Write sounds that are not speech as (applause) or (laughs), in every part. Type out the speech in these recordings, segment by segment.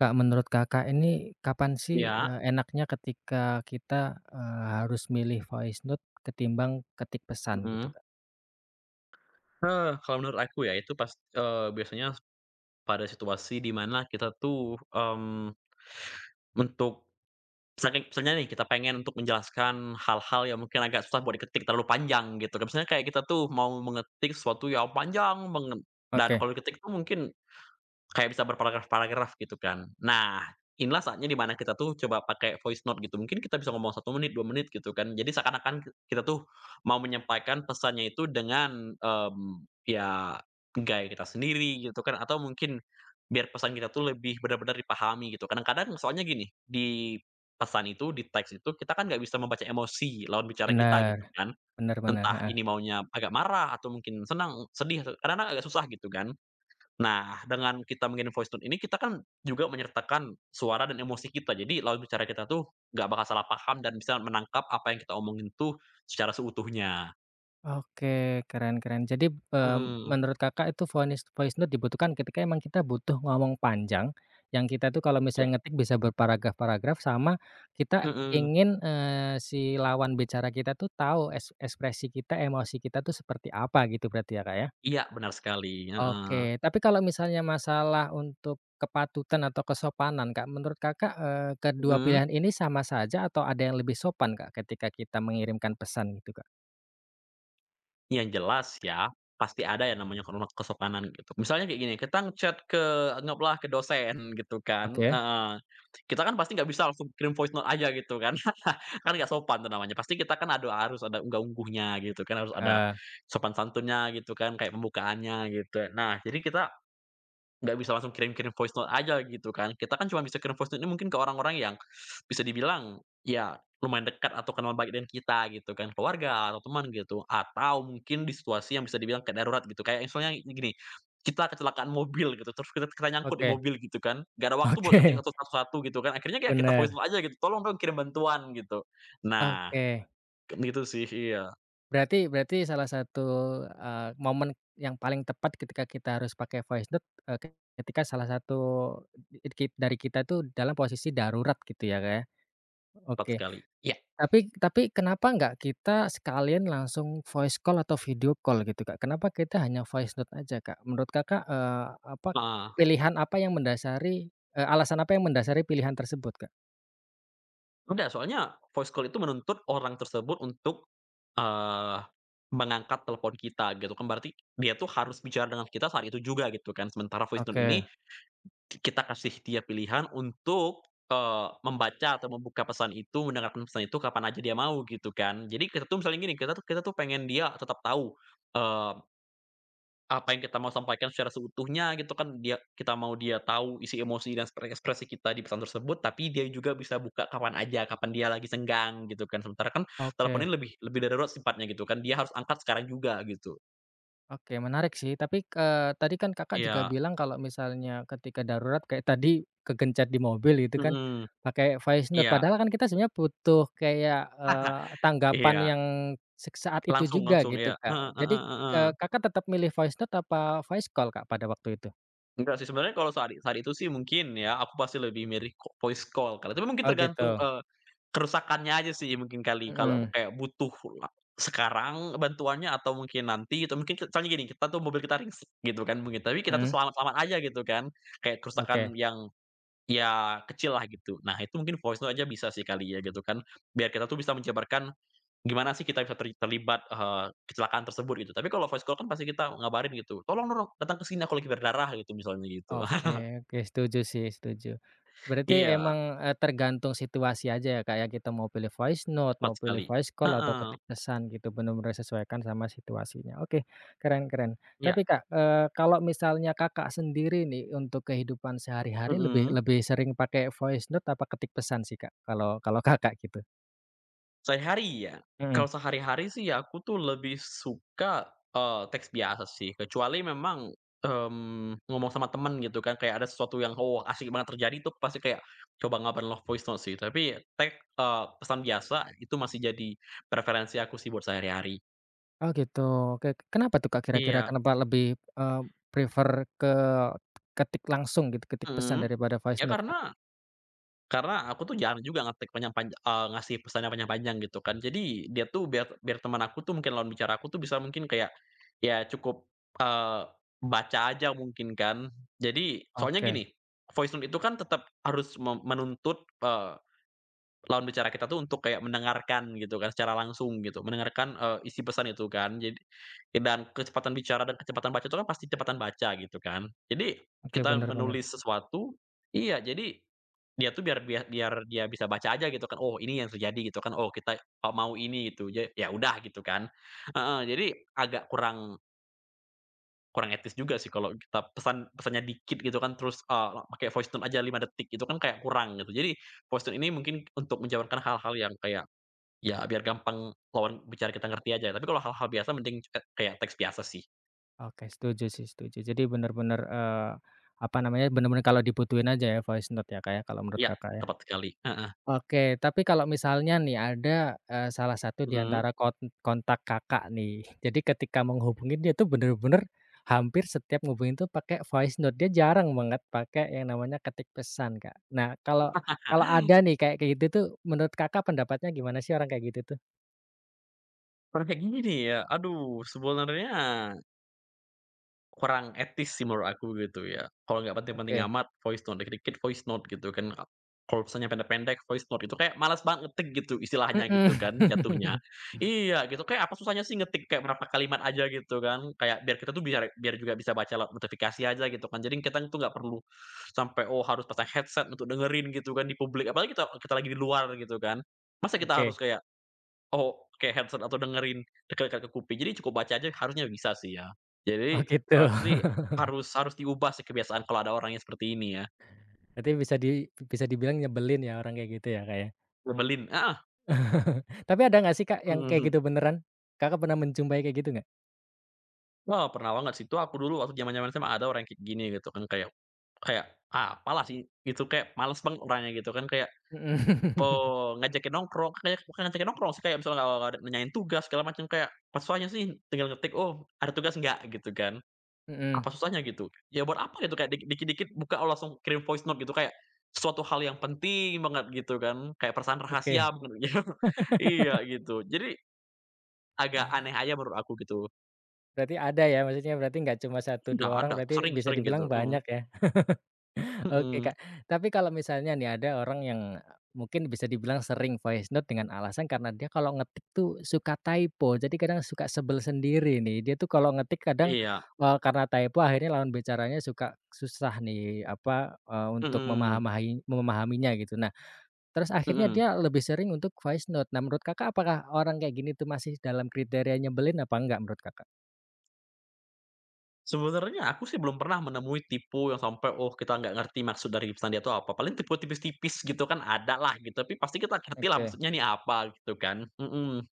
Kak, menurut Kakak ini kapan sih, Iya, enaknya ketika kita, harus milih voice note ketimbang ketik pesan gitu, mhm. Kak? Kalau menurut aku ya itu pas biasanya pada situasi di mana kita tuh, untuk misalnya nih kita pengen untuk menjelaskan hal-hal yang mungkin agak susah buat diketik terlalu panjang gitu kan. Misalnya kayak kita tuh mau mengetik sesuatu yang panjang banget dan Oke, kalau diketik tuh mungkin kayak bisa berparagraf-paragraf gitu kan. Nah, inilah saatnya di mana kita tuh coba pakai voice note gitu. Mungkin kita bisa ngomong satu menit, 2 menit gitu kan. Jadi seakan-akan kita tuh mau menyampaikan pesannya itu dengan, ya gaya kita sendiri gitu kan, atau mungkin biar pesan kita tuh lebih benar-benar dipahami gitu. Kadang-kadang soalnya gini, di pesan itu, di teks itu kita kan nggak bisa membaca emosi lawan bicara kita benar gitu kan. benar benar. Entah ini maunya agak marah atau mungkin senang, sedih, atau- kadang-kadang agak susah gitu kan. Nah, dengan kita mengkirim voice note ini, kita kan juga menyertakan suara dan emosi kita. Jadi lawan bicara kita tuh nggak bakal salah paham dan bisa menangkap apa yang kita omongin tuh secara seutuhnya. Oke, keren, keren. Jadi, Mhm. menurut Kakak itu voice voice note dibutuhkan ketika emang kita butuh ngomong panjang, yang kita tuh kalau Iya. misalnya ngetik bisa berparagraf-paragraf, sama kita Mhm. ingin si lawan bicara kita tuh tahu ekspresi kita, emosi kita tuh seperti apa gitu, berarti ya, Kak, ya? Iya, benar sekali, heeh. Oke, tapi kalau misalnya masalah untuk kepatutan atau kesopanan, Kak, menurut Kakak, kedua pilihan Mhm. ini sama saja atau ada yang lebih sopan, Kak, ketika kita mengirimkan pesan gitu, Kak? Yang jelas ya, pasti ada yang namanya kesopanan gitu. Misalnya kayak gini, kita nge-chat ke anggaplah ke dosen gitu kan, Oke, heeh. Kita kan pasti nggak bisa langsung kirim voice note aja gitu kan. Kan nggak sopan tuh namanya, pasti kita kan ada harus ada unggah-ungguhnya gitu kan, harus ada heeh, sopan santunnya gitu kan, kayak pembukaannya gitu. Nah, jadi kita nggak bisa langsung kirim-kirim voice note aja gitu kan. Kita kan cuma bisa kirim voice note ini mungkin ke orang-orang yang bisa dibilang, ya lumayan dekat atau kenal baik dengan kita gitu kan, keluarga atau teman gitu, atau mungkin di situasi yang bisa dibilang kayak darurat gitu. Kayak misalnya gini, kita kecelakaan mobil gitu, terus kita kita nyangkut di oke, mobil gitu kan, nggak ada (laughs) waktu buat ngetik oke, satu satu gitu kan, akhirnya kayak kita voice benar. note aja gitu, "Tolong dong kirim bantuan," gitu. Nah, Oke. kan gitu sih, iya, Berarti berarti salah satu, momen yang paling tepat ketika kita harus pakai voice note, ketika salah satu di kit dari kita tuh dalam posisi darurat gitu ya, Kak, ya? tepat Oke. sekali. Iya, Tapi kenapa nggak kita sekalian langsung voice call atau video call gitu, Kak? Kenapa kita hanya voice note aja, Kak? Menurut Kakak, apa heeh. pilihan apa yang mendasari alasan apa yang mendasari pilihan tersebut, Kak? Udah, soalnya voice call itu menuntut orang tersebut untuk Eee, mengangkat telepon kita gitu kan, berarti dia tuh harus bicara dengan kita saat itu juga gitu kan. Sementara voice note Oke, ini kita kasih dia pilihan untuk, membaca atau membuka pesan itu, mendengarkan pesan itu kapan aja dia mau gitu kan. Jadi kita tuh misalnya gini, kita tuh pengen dia tetap tahu apa yang kita mau sampaikan secara seutuhnya gitu kan, dia kita mau dia tahu isi emosi dan ekspresi kita di pesan tersebut, tapi dia juga bisa buka kapan aja, kapan dia lagi senggang gitu kan. Sementara kan telepon oke. ini lebih lebih darurat sifatnya gitu kan, dia harus angkat sekarang juga gitu. Oke, menarik sih. Tapi, tadi kan Kakak juga Iya, bilang kalau misalnya ketika darurat kayak tadi kegencet di mobil gitu kan, mhm, pakai voice note. iya Padahal kan kita sebenarnya butuh kayak, tanggapan iya, yang saat itu langsung juga langsung, iya, gitu, heeh Kak. Jadi, heeh heeh. Kakak tetap milih voice note apa voice call, Kak, pada waktu itu? Enggak sih, sebenarnya kalau saat saat itu sih mungkin ya, aku pasti lebih milih voice call kali, tapi mungkin Oh tergantung, gitu. kerusakannya aja sih mungkin kali. Kalau Mhm, kayak butuh sekarang bantuannya atau mungkin nanti atau mungkin soalnya gini, kita tuh mobil kita ringsek gitu kan mungkin, tapi kita tuh mhm, selamat-selamat aja gitu kan, kayak kerusakan oke. yang ya kecil lah gitu. Nah itu mungkin voice note aja bisa sih kali ya gitu kan, biar kita tuh bisa menjabarkan gimana sih kita bisa terlibat, kecelakaan tersebut gitu. Tapi kalau voice call kan pasti kita ngabarin gitu, "Tolong dong datang ke sini, aku lagi berdarah," gitu misalnya gitu. (laughs) Oke, oke, setuju sih, setuju. Berarti Iya, emang, tergantung situasi aja ya, Kak, ya, kita mau pilih voice note, mau cepat pilih sekali. voice call, atau Heeh, ketik pesan gitu, benar-benar sesuaikan sama situasinya. Oke, keren, keren. Tapi, iya, Kak, kalau misalnya Kakak sendiri nih, untuk kehidupan sehari-hari lebih mhm. lebih sering pakai voice note apa ketik pesan sih, Kak, kalau kalau (laughs) Kakak gitu? Sehari-hari ya? Mhm. Kalau sehari-hari sih ya aku tuh lebih suka, teks biasa sih, kecuali memang, ngomong sama temen gitu kan, kayak ada sesuatu yang, oh, asik banget terjadi tuh pasti kayak coba ngabarin lewat voice note sih, tapi teks pesan biasa itu masih jadi preferensi aku sih buat sehari-hari. Oh gitu, oke. Kenapa tuh, Kak, kira-kira? Iya, Kenapa lebih, prefer ke ketik langsung gitu, ketik pesan mhm, daripada voice ya note, Kak? karena aku tuh jarang juga ngetik ngasih pesan yang panjang-panjang gitu kan. Jadi dia tuh biar biar teman aku tuh mungkin lawan bicara aku tuh bisa mungkin kayak, ya cukup, eee, baca aja mungkin kan. Jadi soalnya Oke. gini, voice note itu kan tetap harus menuntut, lawan bicara kita tuh untuk kayak mendengarkan gitu kan, secara langsung gitu, mendengarkan, isi pesan itu kan. Jadi dan kecepatan bicara dan kecepatan baca itu kan pasti kecepatan baca gitu kan. Jadi Oke, kita bener, bener. menulis sesuatu, iya, jadi dia tuh biar biar biar dia bisa baca aja gitu kan, "Oh ini yang terjadi," gitu kan, "Oh kita, mau ini," gitu, ya udah gitu kan. Heeh, jadi agak kurang, kurang etis juga sih kalau kita pesannya dikit gitu kan terus, pakai voice tone aja 5 detik itu kan kayak kurang gitu. Jadi voice tone ini mungkin untuk menjawabkan hal-hal yang kayak, ya biar gampang lawan bicara kita ngerti aja. Tapi kalau hal-hal biasa mending e kayak teks biasa sih. Oke, setuju sih, setuju. Jadi bener-bener, bener-bener kalau dibutuhin aja ya voice note ya, kayak kalau menurut Iya, Kakak ya. tepat sekali. Heeh. Oke, tapi kalau misalnya nih ada, salah satu di Mhm. antara kontak Kakak nih, (laughs) jadi ketika menghubungi dia tuh bener-bener hampir setiap ngehubungin tuh pakai voice note, dia jarang banget pakai yang namanya ketik pesan, Kak. Nah, kalau kalau ada nih kayak kayak gitu tuh, menurut Kakak pendapatnya gimana sih orang kayak gitu tuh? Kalau kayak gini nih ya, aduh sebenarnya kurang etis sih menurut aku gitu ya. Kalau nggak penting-penting Oke. amat voice note, dikit-dikit voice note gitu kan. Kalau misalnya pendek-pendek voice note itu kayak malas banget ngetik gitu istilahnya Mhm. gitu kan jatuhnya. (laughs) Iya gitu, kayak apa susahnya sih ngetik kayak berapa kalimat aja gitu kan. Kayak biar kita tuh biar biar juga bisa baca lewat notifikasi aja gitu kan. Jadi kita tuh nggak perlu sampai, oh harus pasang headset untuk dengerin gitu kan di publik, apalagi kita kita lagi di luar gitu kan. Masa kita Oke. harus kayak oh, pakai headset atau dengerin dekat-dekat ke kuping, jadi cukup baca aja harusnya bisa sih ya. Oh, Jadi gitu. kalau aku sih harus harus diubah sih kebiasaan kalau ada orang yang seperti ini ya, Berarti bisa dibilang nyebelin ya orang kayak gitu ya, Kak, ya. nyebelin, heeh, Tapi ada nggak sih, Kak, yang mhm, kayak mhm. gitu beneran? Kakak pernah menjumpai kayak gitu nggak? (laughs) Wah, pernah banget sih itu, aku dulu waktu zaman-zaman SMA ada orang yang kayak gini gitu kan, kayak kayak, "Ah, apalah sih," itu kayak males banget orangnya gitu kan, kayak, Mhm, (laughs) ngajakin nongkrong, kayak bukan ngajakin nongkrong sih kayak misalnya, nanyain tugas segala macam, kayak, "Apa susahnya sih tinggal ngetik, oh ada tugas nggak?" Gitu kan. mhm. Apa susahnya gitu? Ya buat apa gitu kayak dikit-dikit buka oh langsung kirim voice note, gitu kayak suatu hal yang penting banget gitu kan, kayak perasaan rahasia Oke. mungkin ya. (laughs) Iya gitu. Jadi agak aneh aja menurut aku gitu. Berarti ada ya, maksudnya berarti nggak cuma satu Nggak 2 orang, ada, berarti sering bisa sering gitu, dibilang heeh, banyak ya? Oke, mhm, Kak. Tapi kalau misalnya nih ada orang yang mungkin bisa dibilang sering voice note dengan alasan karena dia kalau ngetik tuh suka typo, jadi kadang suka sebel sendiri nih. Dia tuh kalau ngetik kadang, iya, karena typo akhirnya lawan bicaranya suka susah nih, apa, untuk mhm, memahaminya gitu. Nah, terus akhirnya mhm. dia lebih sering untuk voice note. Nah, menurut Kakak apakah orang kayak gini tuh masih dalam kriteria nyebelin apa enggak menurut Kakak? Sebenarnya aku sih belum pernah menemui tipu yang sampai, oh kita nggak ngerti maksud dari pesan dia itu apa, paling tipu tipis-tipis gitu kan ada lah gitu, tapi pasti kita ngerti lah Oke, maksudnya ini apa gitu kan, mhm.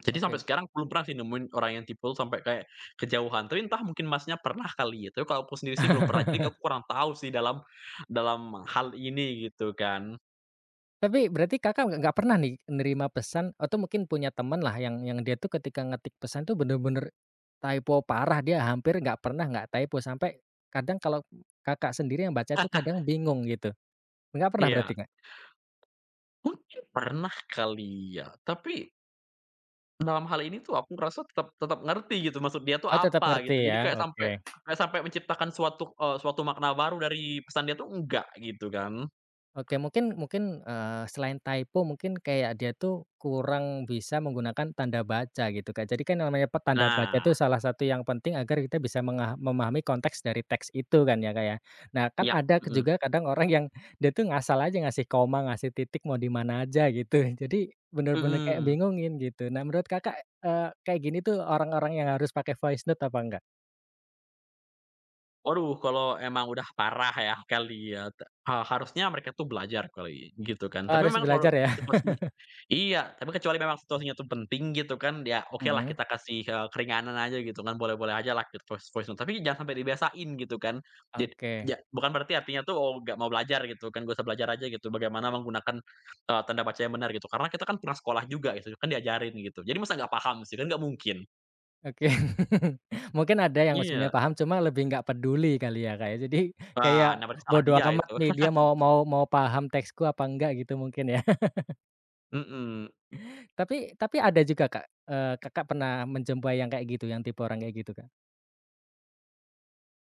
Jadi oke. sampai sekarang belum pernah sih nemuin orang yang tipe sampai kayak kejauhan, tapi entah mungkin Masnya pernah kali ya, tapi kalau aku sendiri sih belum pernah, jadi (laughs) aku kurang tahu sih dalam dalam hal ini gitu kan. Tapi berarti Kakak nggak pernah nih nerima pesan atau mungkin punya teman lah yang dia tuh ketika ngetik pesan tuh bener-bener typo parah, dia hampir nggak pernah nggak typo, sampai kadang kalau Kakak sendiri yang baca tuh kadang bingung gitu? Nggak pernah berarti, Iya, nggak? mungkin pernah kali ya, tapi dalam hal ini tuh aku ngerasa tetap tetap ngerti gitu maksud dia tuh Oh tetap apa ngerti gitu, jadi ya? Oke. kayak sampai menciptakan suatu, suatu makna baru dari pesan dia tuh enggak gitu kan. Oke, mungkin, mungkin, selain typo mungkin kayak dia tuh kurang bisa menggunakan tanda baca gitu, Kak. Jadi kan namanya tanda baca Nah, itu salah satu yang penting agar kita bisa memahami konteks dari teks itu kan ya, Kak, ya. Nah kan iya, ada mhm, juga kadang orang yang dia tuh ngasal aja ngasih koma, ngasih titik mau di mana aja gitu. (laughs) Jadi bener-bener kayak mhm. bingungin gitu. Nah menurut Kakak, kayak gini tuh orang-orang yang harus pakai voice note apa enggak? Waduh, kalau emang udah parah ya kali ya, te ha harusnya mereka tuh belajar kali, gitu kan. Oh Tapi harus memang kalau belajar ya? (laughs) situasinya iya, tapi kecuali memang situasinya tuh penting gitu kan, ya oke lah Mhm, kita kasih, keringanan aja gitu kan, boleh-boleh ajalah gitu voice voice note, tapi jangan sampai dibiasain gitu kan. Jad oke. ja bukan berarti artinya tuh, oh nggak mau belajar gitu kan, gue usah belajar aja gitu, bagaimana menggunakan, tanda baca yang benar gitu. Karena kita kan pernah sekolah juga gitu, kan diajarin gitu. Jadi masa nggak paham sih, kan nggak mungkin. Oke. (laughs) Mungkin ada yang sebenarnya Iya. paham, cuma lebih nggak peduli kali ya, kayak. Jadi Wah, kayak nah berarti salah bodoh dia amat itu. nih dia (laughs) mau mau mau paham teksku apa enggak gitu mungkin ya. (laughs) Mhm. Tapi ada juga, Kak, Kakak pernah menjumpai yang kayak gitu, yang tipe orang kayak gitu, Kak?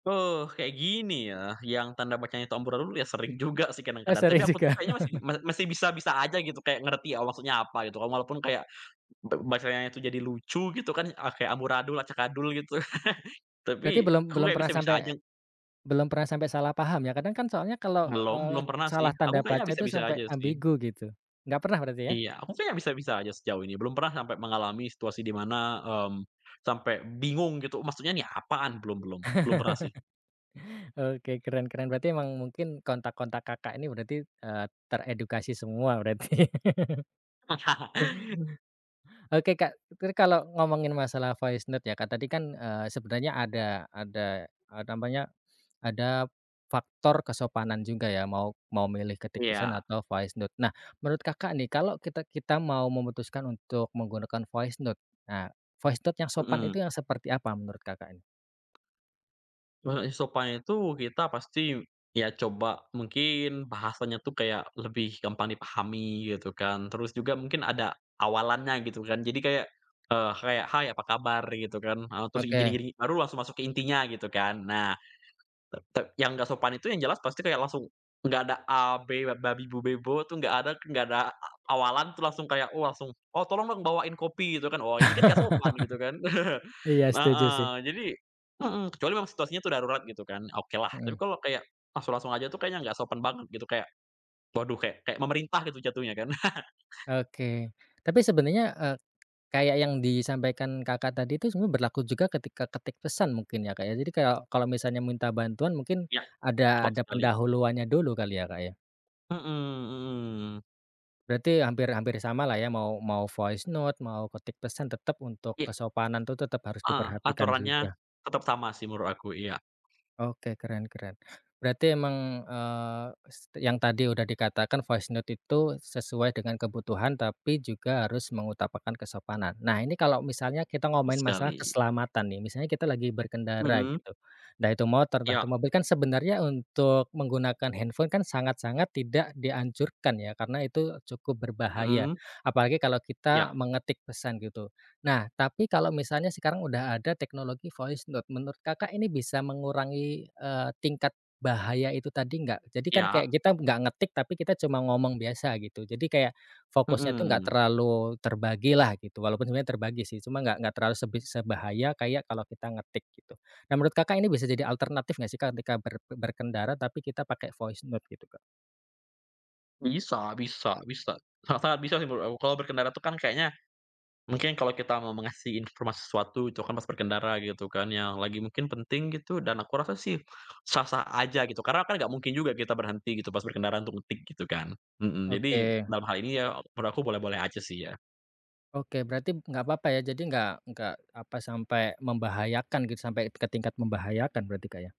Oh, kayak gini ya, yang tanda bacanya itu amburadul ya, sering juga sih Eh, kadang-kadang, tapi sering aku tuh juga. kayaknya (laughs) masih masih bisa-bisa aja gitu, kayak ngerti ya maksudnya apa gitu kan, walaupun kayak bacanya itu jadi lucu gitu kan, ah, kayak amburadul, acakadul gitu. (laughs) Berarti Tapi belum aku belum kayak pernah sampai bisa-bisa aja. belum pernah sampai salah paham ya? Kadang kan soalnya kalau, Belum, belum pernah sih. salah Aku tanda kayaknya baca itu bisa-bisa sampai aja sih. ambigu gitu. Nggak pernah berarti ya? Iya, aku kayaknya bisa-bisa aja sejauh ini, belum pernah sampai mengalami situasi di mana, mmm, sampai bingung gitu, maksudnya nih apaan? Belum belum, belum pernah sih. Oke, keren, keren. Berarti emang mungkin kontak-kontak Kakak ini berarti, teredukasi semua berarti. (laughs) (laughs) Oke Kak, itu kalau ngomongin masalah voice note ya Kak, tadi kan, sebenarnya ada, ada faktor kesopanan juga ya, mau mau milih ketik pesan Iya, atau voice note. Nah, menurut Kakak nih, kalau kita kita mau memutuskan untuk menggunakan voice note, nah, voice note yang sopan mhm. itu yang seperti apa menurut Kakak ini? Sopan itu kita pasti ya coba mungkin bahasanya tuh kayak lebih gampang dipahami gitu kan, terus juga mungkin ada awalannya gitu kan. Jadi kayak, kayak, "Hai apa kabar?" gitu kan, terus gini Oke. gini, baru langsung masuk ke intinya gitu kan. Nah, te te yang nggak sopan itu yang jelas pasti kayak langsung nggak ada a b babi bu bebo tuh nggak ada, nggak ada awalan tuh langsung kayak, oh langsung, "Oh tolong dong bawain kopi," gitu kan. Oh ini kan nggak sopan gitu kan. (laughs) Iya, setuju sih. Heeh, jadi mhm, kecuali memang situasinya tuh darurat gitu kan, okelah. Tapi Mhm, kalau kayak langsung-langsung aja tuh kayaknya nggak sopan banget gitu, kayak waduh kayak kayak memerintah gitu jatuhnya kan. oke. Tapi sebenarnya, kayak yang disampaikan Kakak tadi itu sebenarnya berlaku juga ketika ketik pesan mungkin ya, Kak, ya? Jadi kayak kalau misalnya minta bantuan mungkin Ya, ada tepat ada sekali. pendahuluannya dulu kali ya, Kak, ya? Mhm mhm. Berarti hampir hampir sama lah ya mau mau voice note, mau ketik pesan, tetap untuk Iya, kesopanan tuh tetap harus heeh, diperhatikan aturannya juga. tetap sama sih menurut aku, iya, Oke, keren, keren. Berarti emang, eee, s yang tadi udah dikatakan voice note itu sesuai dengan kebutuhan, tapi juga harus mengutamakan kesopanan. Nah, ini kalau misalnya kita betul ngomongin masalah sekali. keselamatan nih, misalnya kita lagi berkendara Mhm, gitu, entah itu motor, entah iya, itu mobil, kan sebenarnya untuk menggunakan handphone kan sangat-sangat tidak dianjurkan ya, karena itu cukup berbahaya. mhm, Apalagi kalau kita iya, mengetik pesan gitu. Nah, tapi kalau misalnya sekarang udah ada teknologi voice note, menurut Kakak ini bisa mengurangi, tingkat bahaya itu tadi nggak? Jadi kan kayak iya, kita nggak ngetik, tapi kita cuma ngomong biasa gitu. Jadi kayak fokusnya tuh nggak mhm. terlalu terbagi lah gitu, walaupun sebenarnya terbagi sih, cuma nggak terlalu sebahaya kayak kalau kita ngetik gitu. Nah, menurut Kakak ini bisa jadi alternatif nggak sih, Kak, ketika berkendara tapi kita pakai voice note gitu, Kak? Bisa bisa bisa. Sangat sangat bisa sih menurut aku, kalau berkendara tuh kan kayaknya mungkin kalau kita mau mengasih informasi sesuatu itu kan pas berkendara gitu kan, yang lagi mungkin penting gitu dan aku rasa sih sah-sah aja gitu, karena kan nggak mungkin juga kita berhenti gitu pas berkendara untuk ngetik gitu kan. Mhm, jadi Oke. dalam hal ini ya menurut aku boleh-boleh aja sih ya. Oke, berarti nggak apa-apa ya, jadi nggak apa, sampai membahayakan gitu, sampai ke tingkat membahayakan berarti, Kak, ya?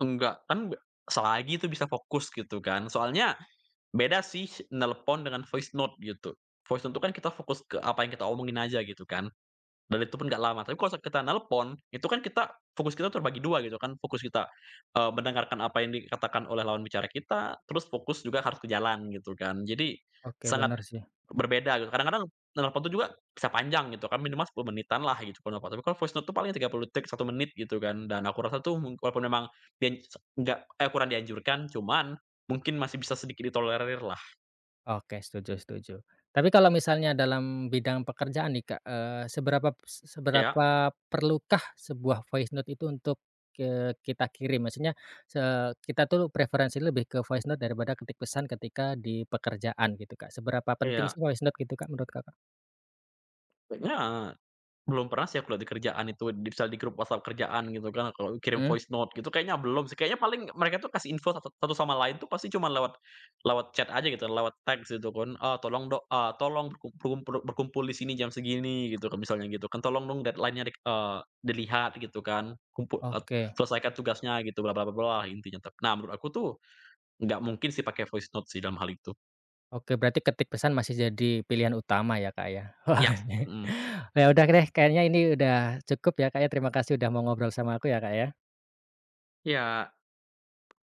Enggak, kan selagi itu bisa fokus gitu kan, soalnya beda sih nelpon dengan voice note gitu. Voice note itu kan kita fokus ke apa yang kita omongin aja gitu kan. Dan itu pun nggak lama. Tapi kalau kita nelpon, itu kan kita fokus, kita terbagi dua gitu kan, fokus kita, mendengarkan apa yang dikatakan oleh lawan bicara kita, terus fokus juga harus ke jalan gitu kan. Jadi Oke, sangat benar sih. berbeda gitu. Kadang-kadang nelpon tuh juga bisa panjang gitu kan, minimal 10 menitan lah gitu kalau nelpon. Tapi kalau voice note tuh paling 30 detik, satu menit gitu kan. Dan aku rasa tuh walaupun memang dian nggak eh, kurang dianjurkan, cuman mungkin masih bisa sedikit ditolerir lah. Oke, setuju, setuju. Tapi kalau misalnya dalam bidang pekerjaan nih, Kak, seberapa Iya seberapa perlukah sebuah voice note itu untuk, kita kirim? Maksudnya, se kita tuh preferensi lebih ke voice note daripada ketik pesan ketika di pekerjaan gitu, Kak. Seberapa penting iya. sih voice note gitu, Kak, menurut Kakak? Heeh. Belum pernah sih aku lihat di kerjaan itu, di misal di grup WhatsApp kerjaan gitu kan, kalau kirim Hmm. voice note gitu kayaknya belum sih, kayaknya paling mereka tuh kasih info satu satu sama lain tuh pasti cuma lewat lewat chat aja gitu, lewat teks gitu kan, "Ah, tolong dok ah tolong berkumpul berkumpul di sini jam segini," gitu kan misalnya gitu kan, "Tolong dong deadline-nya dilihat," gitu kan, "Kumpu et Oke. selesaikan tugasnya," gitu bla bla bla bla intinya nah menurut aku tuh nggak mungkin sih pakai voice note sih dalam hal itu. Oke, berarti ketik pesan masih jadi pilihan utama ya, Kak, ya? (laughs) Wah, Ya, ini- mhm. ya udah deh kayaknya ini udah cukup ya, Kak, ya. Terima kasih udah mau ngobrol sama aku ya, Kak, ya. Iya,